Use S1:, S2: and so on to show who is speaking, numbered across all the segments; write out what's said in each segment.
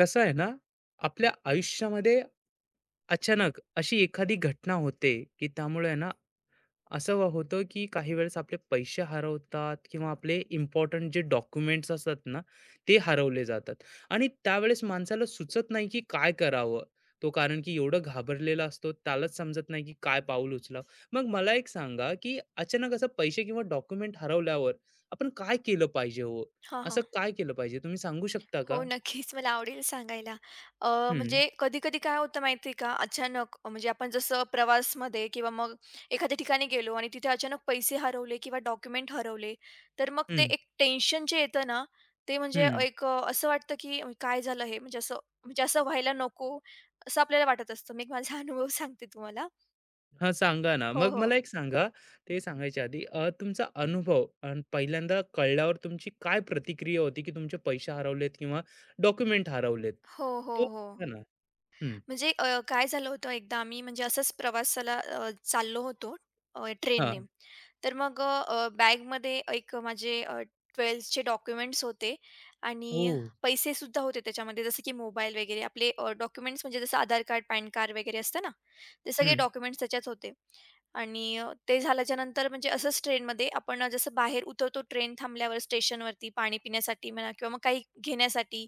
S1: कसं आहे ना, आपल्या आयुष्यामध्ये अचानक अशी एखादी घटना होते, की त्यामुळे आहे ना, असं व होतं, की काही वेळेस आपले पैसे हरवतात किंवा आपले इम्पोर्टंट जे डॉक्युमेंट्स असतात ना, ते हरवले जातात आणि त्यावेळेस माणसाला सुचत नाही, की काय करावं? तो कारण की एवढं घाबरलेला असतो, त्यालाच समजत नाही, की काय पाऊल उचलावं. मग मला एक सांगा, की अचानक असं पैसे किंवा डॉक्युमेंट हरवल्यावर आपण काय केलं पाहिजे हो?
S2: हां,
S1: असं
S2: हां.
S1: काय केलं पाहिजे? तुम्ही सांगू शकता
S2: हो,
S1: का?
S2: नक्कीच मला आवडेल सांगायला. अ,
S1: हं,
S2: म्हणजे कधी-कधी काय होतं माहिती आहे का? अचानक म्हणजे आपण जसं प्रवासमध्ये किंवा मग एखाद्या ठिकाणी गेलो आणि तिथे अचानक पैसे हरवले किंवा डॉक्युमेंट हरवले, तर मग ते एक टेन्शन जे येतं ना, ते म्हणजे
S1: हं.
S2: एक असं वाटतं की काय झालं हे? म्हणजे असं व्हायला नको, असं आपल्याला वाटत असतं. मी एक माझा अनुभव सांगते तुम्हाला.
S1: हां, सांगा ना.
S2: हो,
S1: मग
S2: हो.
S1: मला एक सांगा, ते सांगायच्या आधी तुमचा अनुभव अन् पहिल्यांदा कळल्यावर तुमची काय प्रतिक्रिया होती, की तुमचे पैसे हरवलेत किंवा डॉक्युमेंट हरवलेत?
S2: हो, हो,
S1: तो
S2: हो.
S1: सांगा ना. हं.
S2: म्हणजे काय झालं होतं एकदा? आम्ही म्हणजे असंच प्रवासाला चाललो होतो ट्रेनने.
S1: हां.
S2: तर मग बॅगमध्ये एक माझे डॉक्युमेंट्स होते आणि
S1: ओह!
S2: पैसेसुद्धा होते त्याच्यामध्ये, जसं की मोबाईल वगैरे. आपले डॉक्युमेंट्स म्हणजे जसं आधार कार्ड, पॅन कार्ड वगैरे असतं ना, ते सगळे
S1: हं.
S2: डॉक्युमेंट्स त्याच्यात होते. आणि ते झाल्याच्यानंतर म्हणजे असंच ट्रेनमध्ये आपण जसं बाहेर उतरतो ट्रेन थांबल्यावर स्टेशनवरती पाणी पिण्यासाठी म्हणा किंवा मग काही घेण्यासाठी,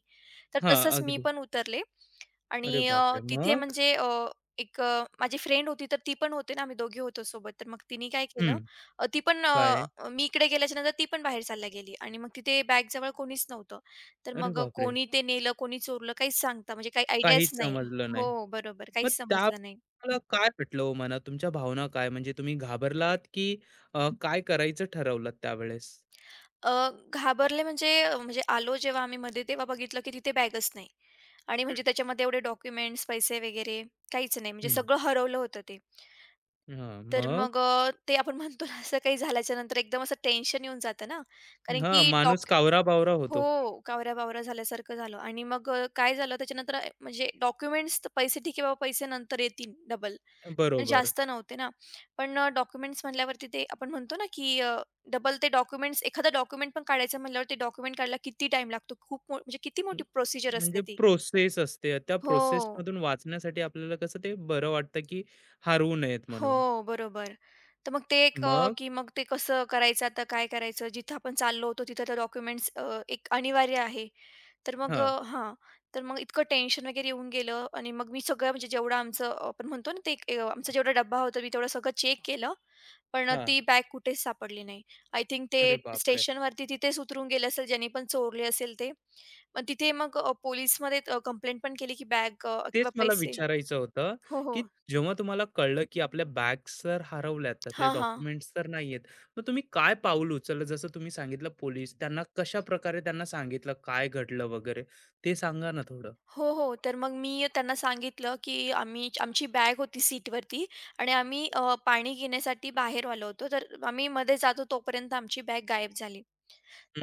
S2: तर
S1: हां,
S2: तसंच मी
S1: अगदी.
S2: पण उतरले. आणि
S1: अरे बापरे!
S2: तिथे
S1: मग?
S2: म्हणजे एक माझी फ्रेंड होती, तर ती पण होते ना. आम्ही दोघी होतो सोबत. तर मग तिने काय
S1: हं.
S2: केलं, ती पण
S1: काय?
S2: मी इकडे गेल्याच्यानंतर ती पण बाहेर चालल्या गेली आणि मग तिथे बॅगजवळ कोणीच नव्हतं. तर
S1: अरे
S2: मग
S1: बापरे!
S2: कोणी ते नेलं, कोणी चोरलं, काहीच सांगता म्हणजे काही आयडियाच
S1: काहीच
S2: नाही.
S1: समजलं नाही.
S2: हो, बरोबर.
S1: मग
S2: काहीच
S1: त्या
S2: समजलं नाही.
S1: तुम्हाला काय पटलं हो मनात? तुमच्या भावना काय? म्हणजे तुम्ही घाबरलात, की काय करायचं ठरवलात त्यावेळेस?
S2: अ, घाबरले म्हणजे म्हणजे आलो जेव्हा आम्ही मध्ये तेव्हा बघितलं की तिथे बॅगच नाही आणि
S1: हं,
S2: म्हणजे त्याच्यामध्ये एवढे डॉक्युमेंट्स, पैसे वगैरे काहीच नाही. म्हणजे
S1: हं.
S2: सगळं हरवलं होतं ते.
S1: हां,
S2: तर मग
S1: मग?
S2: ते आपण म्हणतो ना, असं काही झाल्याच्यानंतर एकदम असं टेन्शन येऊन जातं ना. कारण
S1: हां,
S2: की
S1: माणूस
S2: डॉक
S1: कावरा-बावरा
S2: हो,
S1: होतो.
S2: कावऱ्या-बावऱ्या झाल्यासारखं झालं. आणि मग काय झालं त्याच्यानंतर म्हणजे डॉक्युमेंट्स तर पैसे ठीक आहे बाबा, पैसे नंतर येतील डबल. आणि
S1: बरोबर.
S2: जास्त नव्हते ना. पण डॉक्युमेंट्स म्हटल्यावरती ते आपण म्हणतो ना, की डबल ते डॉक्युमेंट्स, एखादा डॉक्युमेंट पण काढायचं म्हटल्यावर ते डॉक्युमेंट काढायला किती टाइम लागतो? खूप मो म्हणजे किती
S1: हं,
S2: मोठी प्रोसिजर असते
S1: म्हणजे
S2: ती.
S1: प्रोसेस असते. त्या
S2: हो.
S1: प्रोसेसमधून वाचण्यासाठी आपल्याला कसं ते बरं वाटतं, की हरवू नयेत म्हणून.
S2: हो, बरोबर. तर मग ते एक
S1: मग
S2: की मग ते कसं करायचं, आता काय करायचं? जिथं आपण चाललो होतो तिथं तर डॉक्युमेंट्स एक अनिवार्य आहे. तर मग
S1: हां,
S2: हां. तर मग इतकं टेन्शन वगैरे येऊन गेलं आणि मग मी सगळं म्हणजे जेवढं आमचं आपण म्हणतो ना, ते एक आमचा जेवढा डब्बा होता मी तेवढं सगळं चेक केलं. पण
S1: हां.
S2: ती बॅग कुठेच सापडली नाही. आय थिंक ते
S1: अरे बापरे!
S2: स्टेशनवरती तिथेच उतरून गेले असेल, ज्यांनी पण चोरली असेल ते. मग तिथे मग पोलिसमध्ये कंप्लेंट पण केली की बॅग किंवा
S1: तेच मला
S2: पैसे.
S1: विचारायचं होतं,
S2: हो, हो.
S1: की जेव्हा तुम्हाला कळलं, की आपल्या बॅग्स तर हरवल्यात, त्यातले
S2: हां, हां.
S1: डॉक्युमेंट्स तर नाहीयेत. मग तुम्ही काय पाऊल उचललं? जसं तुम्ही सांगितलं पोलीस, त्यांना कशाप्रकारे त्यांना सांगितलं? काय घडलं वगैरे? ते सांगा ना थोडं?
S2: हो, हो. तर मग मी त्यांना सांगितलं की आम्ही आमची बॅग होती सीटवरती आणि आम्ही पाणी घेण्यासाठी बाहेर आलो होतो. तर आम्ही मध्ये जातो तोपर्यंत आमची बॅग गायब झाली.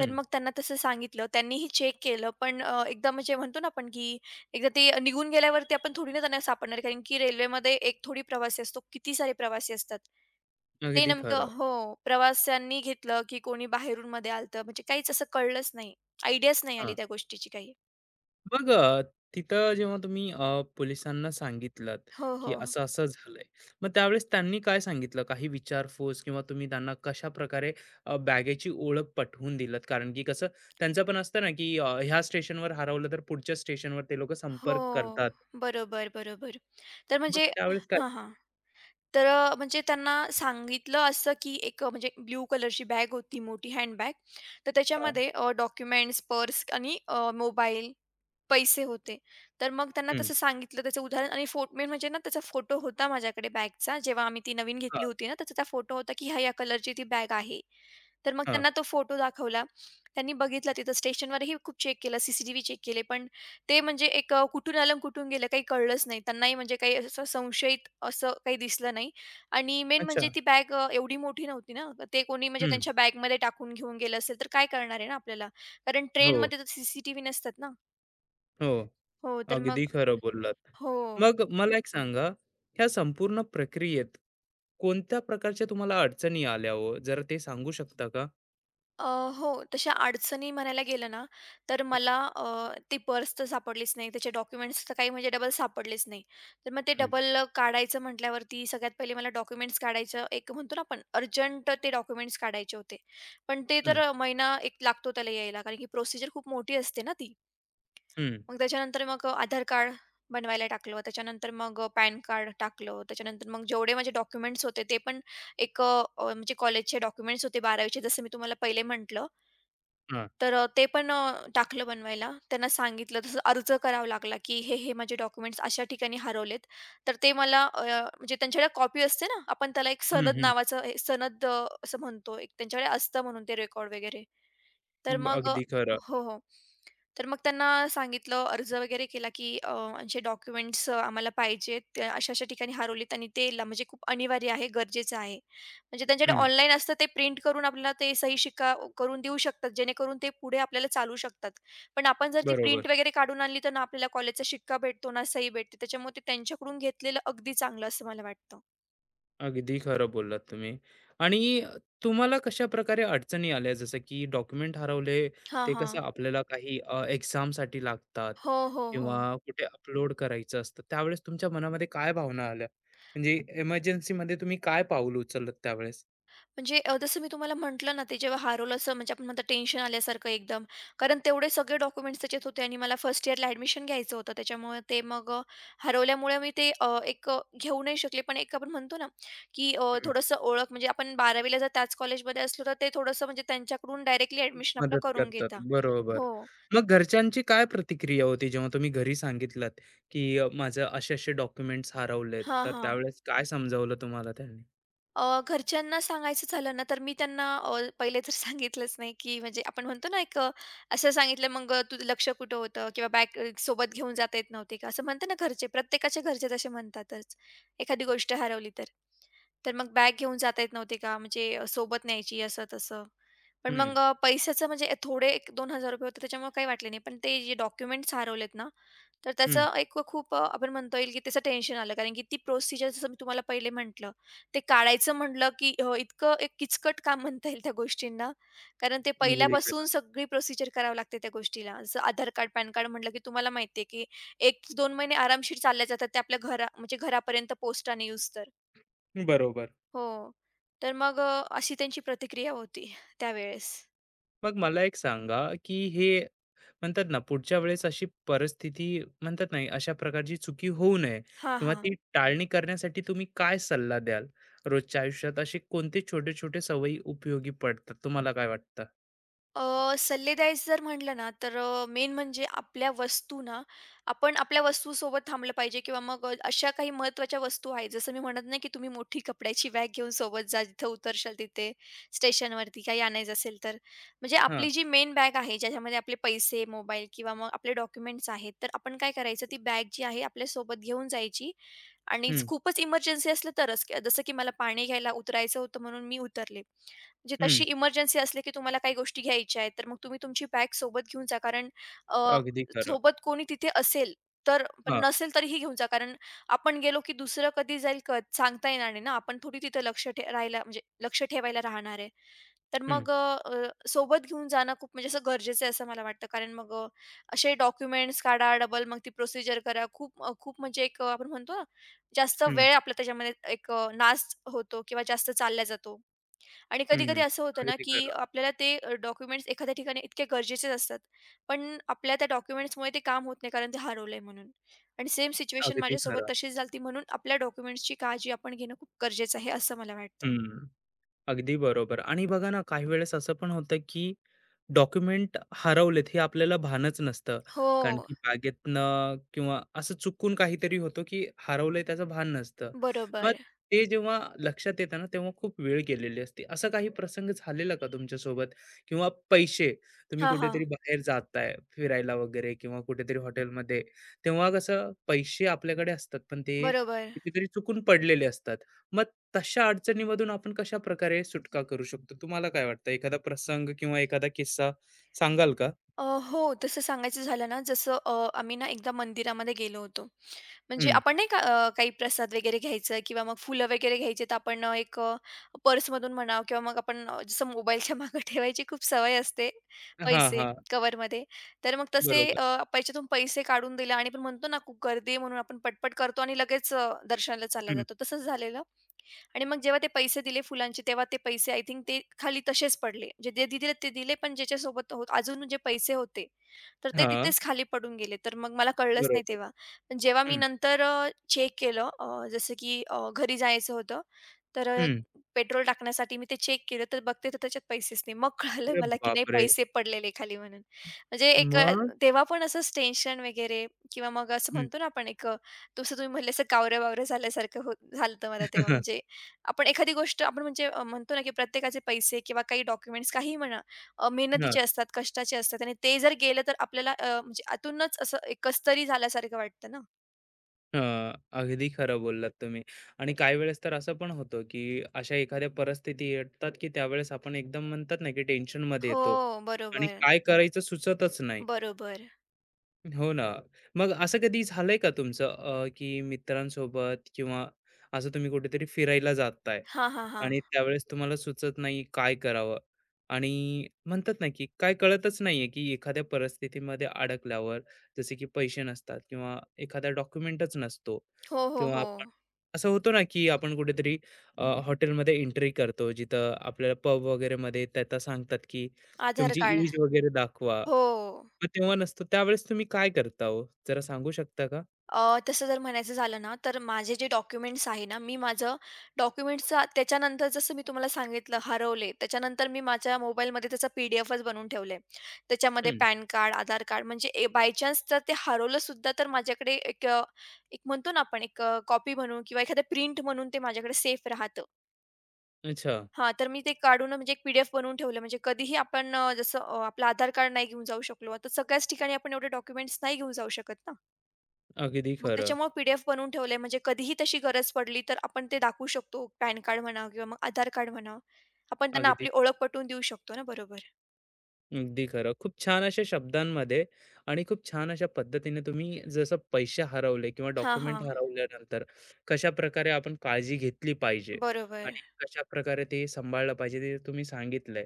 S2: तर मग त्यांना तसं सांगितलं. त्यांनीही चेक केलं, पण एकदा म्हणजे म्हणतो ना आपण, की एकदा ते निघून गेल्यावरती आपण थोडी ना त्यांना सापडणार, कारण की रेल्वेमध्ये एक थोडी प्रवासी असतो, किती सारे प्रवासी असतात. ते
S1: अगदी
S2: नेमकं,
S1: खरं.
S2: हो, प्रवाशांनी घेतलं, की कोणी बाहेरून मध्ये आलं, म्हणजे काहीच असं कळलंच नाही. आयडियाच नाही आली त्या गोष्टीची काही.
S1: मग तिथं जेव्हा तुम्ही पोलिसांना सांगितलंत,
S2: हो, हो.
S1: की असं-असं झालंय. मग त्यावेळेस त्यांनी काय सांगितलं? काही विचारपूस किंवा तुम्ही त्यांना कशाप्रकारे बॅगेची ओळख पटवून दिलत? कारण की कसं त्यांचं पण असतं ना, की ह्या स्टेशनवर हरवलं तर पुढच्या स्टेशनवर ते लोकं संपर्क
S2: हो.
S1: करतात.
S2: बरोबर, बरोबर. तर
S1: मग
S2: म्हणजे
S1: त्यावेळेस काय?
S2: हां, हां. तर म्हणजे त्यांना सांगितलं असं, की एक म्हणजे ब्लू कलरची बॅग होती, मोठी हँडबॅग. तर
S1: हां,
S2: त्याच्यामध्ये डॉक्युमेंट्स, पर्स आणि मोबाईल, पैसे होते. तर मग त्यांना
S1: हं,
S2: तसं सांगितलं त्याचं उदाहरण आणि मेन म्हणजे ना त्याचा फोटो होता माझ्याकडे बॅगचा. जेव्हा आम्ही ती नवीन
S1: हां,
S2: घेतली होती ना, त्याचा त्या फोटो होता, की ह्या-ह्या कलरची ती बॅग आहे. तर मग
S1: हां.
S2: त्यांना तो फोटो दाखवला. त्यांनी बघितला, तिथं स्टेशनवरही खूप चेक केलं, CCTV चेक केले, पण ते म्हणजे एक कुठून आलं आणि कुठून गेलं काही कळलंच नाही. त्यांनाही म्हणजे काही असं संशयित असं काही दिसलं नाही. आणि मेन
S1: अच्छा.
S2: म्हणजे ती बॅग एवढी मोठी नव्हती ना. तर ते कोणी म्हणजे
S1: हं.
S2: त्यांच्या बॅगमध्ये टाकून घेऊन गेलं असेल, तर काय करणार आहे ना आपल्याला. कारण
S1: हो,
S2: ट्रेनमध्ये तर CCTV नसतात ना.
S1: हो.
S2: हो, तर मग
S1: अगदी खरं बोललात.
S2: हो.
S1: मग मला एक सांगा, ह्या संपूर्ण प्रक्रियेत कोणत्या प्रकारच्या तुम्हाला अडचणी आल्या हो? जरा ते सांगू शकता का?
S2: अ, हो, तशा अडचणी म्हणायला गेलं ना, तर मला ती पर्स तर सापडलीच नाही. त्याचे डॉक्युमेंट्स तर काही म्हणजे डबल सापडलेच नाही. तर मग ते
S1: हं,
S2: डबल काढायचं म्हटल्यावरती सगळ्यात पहिले मला डॉक्युमेंट्स काढायचं, एक म्हणतो ना आपण, अर्जंट ते डॉक्युमेंट्स काढायचे होते. पण ते
S1: हं,
S2: तर महिना एक लागतो त्याला यायला, कारण की प्रोसिजर खूप मोठी असते ना ती.
S1: हं.
S2: मग त्याच्यानंतर मग आधार कार्ड बनवायला टाकलं. त्याच्यानंतर मग पॅन कार्ड टाकलं. त्याच्यानंतर मग जेवढे माझे डॉक्युमेंट्स होते ते पण एक म्हणजे कॉलेजचे डॉक्युमेंट्स होते 12वीचे, जसं मी तुम्हाला पहिले म्हटलं.
S1: हां.
S2: तर ते पण टाकलं बनवायला. त्यांना सांगितलं, तसं अर्ज करावा लागला, की हे, हे माझे डॉक्युमेंट्स अशा ठिकाणी हरवलेत. तर ते मला म्हणजे त्यांच्याकडे कॉपी असते ना, आपण त्याला एक
S1: हं,
S2: सनद
S1: हं.
S2: नावाचं हे, सनद असं म्हणतो. एक त्यांच्याकडे असतं म्हणून ते रेकॉर्ड वगैरे. तर मग
S1: अगदी खरं.
S2: हो, हो. तर मग त्यांना सांगितलं, अर्ज वगैरे केला, की "असे डॉक्युमेंट्स आम्हाला पाहिजेत. ते अशा-अशा ठिकाणी हरवलेत आणि ते ला म्हणजे खूप अनिवार्य आहे, गरजेचं आहे." म्हणजे त्यांच्याकडे
S1: हं,
S2: ऑनलाईन असतं ते प्रिंट करून आपल्याला ते सही शिक्का करून देऊ शकतात, जेणेकरून ते पुढे आपल्याला चालू शकतात. पण आपण जर ती प्रिंट
S1: बरोबर.
S2: वगैरे काढून आणली, तर ना आपल्याला कॉलेजचा शिक्का भेटतो, ना सही भेटते. त्याच्यामुळे ते त्यांच्याकडून घेतलेलं अगदी चांगलं असं मला वाटतं.
S1: अगदी खरं बोललात तुम्ही. आणि तुम्हाला कशाप्रकारे अडचणी आल्या? जसं की डॉक्युमेंट हरवले,
S2: हां,
S1: ते
S2: हां.
S1: कसं आपल्याला काही एक्झामसाठी लागतात
S2: हो, हो, हो.
S1: किंवा कुठे अपलोड करायचं असतं. त्यावेळेस तुमच्या मनामध्ये काय भावना आल्या? म्हणजे इमर्जन्सीमध्ये तुम्ही काय पाऊल उचललं त्यावेळेस?
S2: म्हणजे जसं मी तुम्हाला म्हटलं ना, ते जेव्हा हरवलं, असं म्हणजे आपण म्हणतो टेन्शन आल्यासारखं एकदम. कारण तेवढे सगळे डॉक्युमेंट्स त्याच्यात होते आणि मला फर्स्ट इयरला ॲडमिशन घ्यायचं होतं. त्याच्यामुळे ते मग हरवल्यामुळे मी ते एक घेऊ नाही शकले. पण एक आपण म्हणतो ना, की
S1: हं,
S2: थोडंसं ओळख म्हणजे आपण 12वी जर त्याच कॉलेजमध्ये असलो, तर ते थोडंसं म्हणजे त्यांच्याकडून डायरेक्टली ॲडमिशन आपलं
S1: मदत
S2: करून
S1: करतात.
S2: घेता.
S1: बरोबर.
S2: हो.
S1: मग घरच्यांची काय प्रतिक्रिया होती जेव्हा तुम्ही घरी सांगितलात, की माझं असे-असे डॉक्युमेंट्स हरवलेत,
S2: हां,
S1: तर
S2: हां.
S1: त्यावेळेस काय समजावलं तुम्हाला त्यांनी?
S2: घरच्यांना सांगायचं झालं ना, तर मी त्यांना पहिले तर सांगितलंच नाही, की म्हणजे आपण म्हणतो ना, एक असं सांगितलं, "मग तुझं लक्ष कुठं होतं?" किंवा बॅग सोबत घेऊन जाता येत नव्हती का? असं म्हणतात ना घरचे, प्रत्येकाच्या घरचे तसे म्हणतातच, एखादी गोष्ट हरवली तर. तर मग बॅग घेऊन जाता येत नव्हती का? म्हणजे सोबत न्यायची, असं-तसं. पण
S1: हं,
S2: मग पैशाचं म्हणजे थोडे ₹1,000-2,000 होते, त्याच्यामुळे काही वाटले नाही. पण ते जे डॉक्युमेंट्स हरवलेत ना, तर
S1: हं.
S2: त्याचं एक खूप आपण म्हणता येईल, की त्याचं टेन्शन आलं. कारण की ती प्रोसिजर, जसं मी तुम्हाला पहिले म्हटलं, ते काढायचं म्हटलं, की इतकं एक किचकट काम म्हणता येईल त्या गोष्टींना. कारण ते
S1: अगदी
S2: पहिल्यापासून
S1: खरं.
S2: सगळी प्रोसिजर करावी लागते त्या गोष्टीला. जसं आधार कार्ड, पॅन कार्ड म्हटलं, की तुम्हाला माहिती, की एक 1-2 महिने आरामशीर चालले जातात ते आपल्या घरा म्हणजे घरापर्यंत पोस्टाने येऊस्तर.
S1: बरोबर.
S2: हो. तर मग अशी त्यांची प्रतिक्रिया होती त्यावेळेस.
S1: मग मला एक सांगा की हे म्हणतात ना पुढच्या वेळेस अशी परिस्थिती म्हणतात नाही अशा प्रकारची चुकी होऊ नये
S2: हां,
S1: किंवा
S2: हां.
S1: ती टाळणी करण्यासाठी तुम्ही काय सल्ला द्याल रोजच्या आयुष्यात असे कोणते छोटे छोटे सवयी उपयोगी पडतात तुम्हाला काय वाटतं?
S2: सल्ले द्यायचे जर म्हटलं ना, तर मेन म्हणजे आपल्या वस्तू ना, आपण आपल्या वस्तूसोबत थांबलं पाहिजे किंवा मग अशा काही महत्त्वाच्या वस्तू आहेत, जसं मी म्हणत नाही, की तुम्ही मोठी कपड्याची बॅग घेऊन सोबत जा, जिथं उतरशाल तिथे स्टेशनवरती काही आणायचं असेल तर. म्हणजे
S1: हा.
S2: आपली जी मेन बॅग आहे, ज्याच्यामध्ये आपले पैसे, मोबाईल किंवा मग आपले डॉक्युमेंट्स आहेत, तर आपण काय करायचं, ती बॅग जी आहे आपल्यासोबत घेऊन जायची. आणि
S1: हम्म.
S2: खूपच इमर्जन्सी असलं तरच, जसं की मला पाणी घ्यायला उतरायचं होतं म्हणून मी उतरले. म्हणजे तशी
S1: हम्म.
S2: इमर्जन्सी असली, की तुम्हाला काही गोष्टी घ्यायच्या आहेत, तर मग तुम्ही तुमची बॅग सोबत घेऊन जा. कारण अ,
S1: अगदी खरं.
S2: सोबत कोणी तिथे असेल तर, पण
S1: हा.
S2: नसेल तरीही घेऊन जा. कारण आपण गेलो, की दुसरं कधी जाईल कळत सांगता येणार नाही ना. आपण थोडी तिथं लक्ष ठे राहायला म्हणजे लक्ष ठेवायला राहणार आहे. तर
S1: हम्म.
S2: मग अ, अ, सोबत घेऊन जाणं खूप म्हणजे असं गरजेचं आहे असं मला वाटतं. कारण मग असे डॉक्युमेंट्स काढा, डबल मग ती प्रोसिजर करा. खूप म्हणजे एक आपण म्हणतो ना, जास्त
S1: हम्म.
S2: वेळ आपला त्याच्यामध्ये एक नाश होतो किंवा जास्त चालला जातो. आणि
S1: हम्म.
S2: कधी-कधी असं होतं ना,
S1: अगदी
S2: की
S1: खरं.
S2: आपल्याला ते डॉक्युमेंट्स एखाद्या ठिकाणी इतके गरजेचेच असतात. पण आपल्या त्या डॉक्युमेंट्समुळे ते काम होत नाही, कारण ते हरवलंय म्हणून. आणि सेम सिच्युएशन
S1: अगदी
S2: माझ्यासोबत
S1: खरं.
S2: तशीच झालती, म्हणून आपल्या डॉक्युमेंट्सची काळजी आपण घेणं खूप गरजेचं आहे असं मला वाटतं.
S1: हम्म. अगदी बरोबर. आणि बघा ना काही वेळेस असं पण होतं की डॉक्युमेंट हरवलेत हे आपल्याला भानच नसतं कारण
S2: हो,
S1: की बागेतनं किंवा असं चुकून काहीतरी होतो की हरवलंय त्याचं भान नसतं. मग
S2: बरोबर.
S1: ते जेव्हा लक्षात येतं ना तेव्हा खूप वेळ गेलेली असते असा काही प्रसंग झालेला का तुमच्यासोबत किंवा पैसे तुम्ही
S2: हां, हां.
S1: कुठेतरी बाहेर जाताय फिरायला वगैरे किंवा कुठेतरी हॉटेलमध्ये तेव्हा कसं पैसे आपल्याकडे असतात पण ते
S2: बरोबर.
S1: कितीतरी चुकून पडलेले असतात. तशा अडचणीमधून आपण कशा प्रकारे सुटका करू शकतो? तुम्हाला काय वाटतं? एखादा प्रसंग किंवा एखादा किस्सा सांगाल का?
S2: अ, हो, तसं सांगायचं झालं ना, जसं आम्ही ना एकदा मंदिरामध्ये गेलो होतो. म्हणजे
S1: हं.
S2: आपण नाही का काही प्रसाद वगैरे घ्यायचं किंवा मग फुलं वगैरे घ्यायची, तर आपण एक पर्समधून म्हणा किंवा मग आपण जसं मोबाईलच्या मागे ठेवायची खूप सवय असते,
S1: हां,
S2: पैसे
S1: हां.
S2: कव्हरमध्ये. तर मग तसे
S1: बरोबर.
S2: पैशातून पैसे काढून दिले आणि आपण म्हणतो ना, खूप गर्दी आहे म्हणून आपण पटपट करतो आणि लगेच दर्शनाला चालला
S1: हं.
S2: जातो, तसंच झालेलं. आणि मग जेव्हा ते पैसे दिले फुलांचे, तेव्हा ते पैसे आय थिंक ते खाली तसेच पडले. म्हणजे जे ते दिले ते दिले, पण ज्याच्यासोबत हो अजून जे पैसे होते, तर ते
S1: हां.
S2: तिथेच खाली पडून गेले. तर मग मला कळलंच नाही
S1: बरोबर.
S2: तेव्हा. पण जेव्हा मी
S1: हं,
S2: नंतर चेक केलं जसं की घरी जायचं होतं, तर
S1: हं.
S2: पेट्रोल टाकण्यासाठी मी ते चेक केलं, तर बघते तर त्याच्यात पैसेच नाही. मग कळालं
S1: अरे
S2: मला की नाही,
S1: बापरे!
S2: पैसे पडलेले खाली म्हणून. म्हणजे एक
S1: मग?
S2: तेव्हा पण असंच टेन्शन वगैरे किंवा मग असं
S1: हं.
S2: म्हणतो ना आपण, एक जसं तुम्ही म्हणले असं कावरं-बावरं झाल्यासारखं होत झालं मला
S1: हां,
S2: तेव्हा.
S1: हां.
S2: म्हणजे आपण एखादी गोष्ट आपण म्हणजे म्हणतो ना, की प्रत्येकाचे पैसे किंवा काही डॉक्युमेंट्स काहीही म्हणा, मेहनतीचे असतात, कष्टाचे असतात आणि ते जर गेलं तर आपल्याला म्हणजे आतूनच असं एक कसतरी झाल्यासारखं वाटतं ना.
S1: अगदी खरं बोललात तुम्ही. आणि काही वेळेस तर असं पण होतं, की अशा एखाद्या परिस्थिती येतात, की त्यावेळेस आपण एकदम म्हणतात ना, की टेन्शनमध्ये येतो
S2: हो,
S1: आणि
S2: बरोबर,
S1: काय करायचं सुचतच नाही.
S2: बरोबर.
S1: हो ना. मग असं कधी झालंय का तुमचं की मित्रांसोबत किंवा असं तुम्ही कुठेतरी फिरायला जाताय
S2: हां, हां, हां.
S1: आणि त्यावेळेस तुम्हाला सुचत नाही काय करावं? आणि म्हणतात ना, की काय कळतच नाहीये, की एखाद्या परिस्थितीमध्ये अडकल्यावर जसे की पैसे नसतात किंवा एखादा डॉक्युमेंटच नसतो
S2: हो, हो,
S1: किंवा
S2: हो.
S1: आपण असं होतो ना, की आपण कुठेतरी हॉटेलमध्ये एंट्री करतो जिथं आपल्याला पब वगैरेमध्ये त्या त्या सांगतात, की
S2: आधार
S1: तुमची
S2: कार्ड.
S1: एज वगैरे दाखवा.
S2: हो.
S1: मग तेव्हा नसतो. त्यावेळेस तुम्ही काय करता हो? जरा सांगू शकता का?
S2: तसं जर म्हणायचं झालं ना, तर माझे जे डॉक्युमेंट्स आहे ना, मी माझं डॉक्युमेंट्सचा त्याच्यानंतर, जसं मी तुम्हाला सांगितलं हरवले, त्याच्यानंतर मी माझ्या मोबाईलमध्ये त्याचा PDFच बनवून ठेवलंय. त्याच्यामध्ये
S1: हं.
S2: Pan card, Aadhaar card. म्हणजे बाय चान्स जर ते हरवलं सुद्धा, तर माझ्याकडे एक म्हणतो ना आपण, एक कॉपी म्हणून किंवा एखादं प्रिंट म्हणून ते माझ्याकडे सेफ राहतं.
S1: अच्छा.
S2: हां, तर मी ते काढून म्हणजे एक पी बनवून ठेवलं, म्हणजे कधीही आपण जसं आपलं आधार कार्ड नाही घेऊन जाऊ शकलो. आता सगळ्याच ठिकाणी आपण एवढे डॉक्युमेंट्स नाही घेऊन जाऊ शकत ना.
S1: अगदी
S2: मग
S1: खरं.
S2: त्याच्यामुळे PDF बनवून ठेवलंय म्हणजे कधीही तशी गरज पडली तर आपण ते दाखवू शकतो. पॅन कार्ड म्हणा किंवा मग आधार कार्ड म्हणा. आपण त्यांना
S1: अगदी
S2: आपली ओळख पटवून देऊ शकतो ना, बरोबर.
S1: अगदी खरं. खूप छान अशा शब्दांमध्ये आणि खूप छान अशा पद्धतीने तुम्ही जसं पैसे हरवले किंवा
S2: हां,
S1: डॉक्युमेंट
S2: हां.
S1: हरवल्यानंतर कशाप्रकारे आपण काळजी घेतली पाहिजे
S2: बरोबर.
S1: आणि कशाप्रकारे ते सांभाळलं पाहिजे ते तुम्ही सांगितलंय.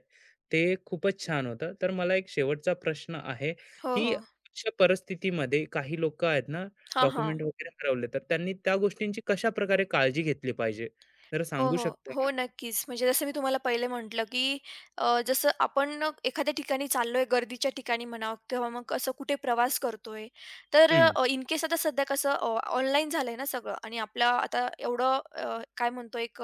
S1: ते खूपच छान होतं. तर मला एक शेवटचा प्रश्न आहे,
S2: हो,
S1: की
S2: हो.
S1: अशा परिस्थितीमध्ये काही लोकं आहेत ना,
S2: हां, हां.
S1: डॉक्युमेंट वगैरे हरवले, तर त्यांनी त्या गोष्टींची कशाप्रकारे काळजी घेतली पाहिजे? जरा
S2: हो,
S1: सांगू
S2: हो.
S1: शकता
S2: हो,
S1: का?
S2: नक्कीच. म्हणजे जसं मी तुम्हाला पहिले म्हटलं, की जसं आपण एखाद्या ठिकाणी चाललोय, गर्दीच्या ठिकाणी म्हणा किंवा मग असं कुठे प्रवास करतोय, तर
S1: हं,
S2: इन केस, आता सध्या कसं ऑनलाईन झालंय ना सगळं, आणि आपलं आता एवढं काय म्हणतो, एक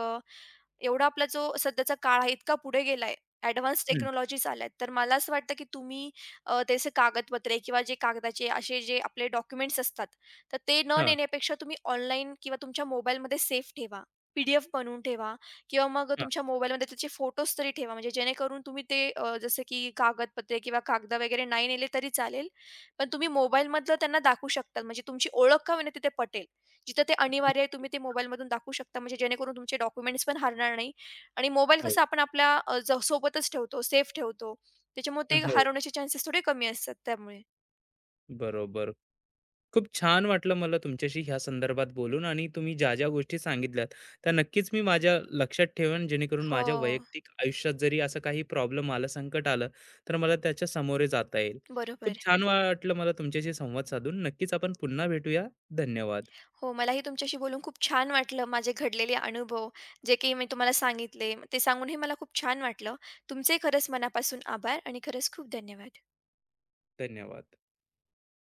S2: एवढा आपला जो सध्याचा काळ आहे इतका पुढे गेलाय. एडव्हान्स
S1: हं.
S2: टेक्नॉलॉजीज आल्यात. तर मला असं वाटतं, की तुम्ही त्याचे कागदपत्रे किंवा जे कागदाचे असे जे आपले डॉक्युमेंट्स असतात, तर ते न
S1: हां,
S2: नेण्यापेक्षा तुम्ही ऑनलाईन किंवा तुमच्या मोबाईलमध्ये सेव्ह ठेवा. पी बनवून ठेवा किंवा मग
S1: हां.
S2: तुमच्या मोबाईलमध्ये त्याचे फोटोज तरी ठेवा. म्हणजे जेणेकरून तुम्ही ते जसं की कागदपत्रे किंवा कागद वगैरे नाही नेले तरी चालेल. पण तुम्ही मोबाईलमधलं त्यांना दाखवू शकता. म्हणजे तुमची ओळख का होईना तिथे पटेल. जिथं ते अनिवार्य आहे तुम्ही ते मोबाईलमधून दाखवू शकता, म्हणजे जेणेकरून तुमचे डॉक्युमेंट्स पण हरणार नाही आणि मोबाईल
S1: हो,
S2: कसं आपण आपल्या अ, ज सोबतच ठेवतो, सेफ ठेवतो. त्याच्यामुळे ते
S1: हो.
S2: हरवण्याचे चान्सेस थोडे कमी असतात त्यामुळे.
S1: बरोबर. खूप छान वाटलं मला तुमच्याशी ह्या संदर्भात बोलून आणि तुम्ही ज्या ज्या गोष्टी सांगितल्यात त्या नक्कीच मी माझ्या लक्षात ठेवेन जेणेकरून
S2: हो,
S1: माझ्या वैयक्तिक आयुष्यात जरी असं काही प्रॉब्लेम आला संकट आलं तर मला त्याच्या सामोरे जाता येईल. खूप
S2: बरोबर.
S1: छान वाटलं मला तुमच्याशी संवाद साधून नक्कीच आपण पुन्हा भेटूया. धन्यवाद.
S2: हो, मलाही तुमच्याशी बोलून खूप छान वाटलं. माझे घडलेले अनुभव जे काही मी तुम्हाला सांगितले, ते सांगूनही मला खूप छान वाटलं. तुमचे खरंच मनापासून आभार आणि खरंच खूप धन्यवाद.
S1: धन्यवाद.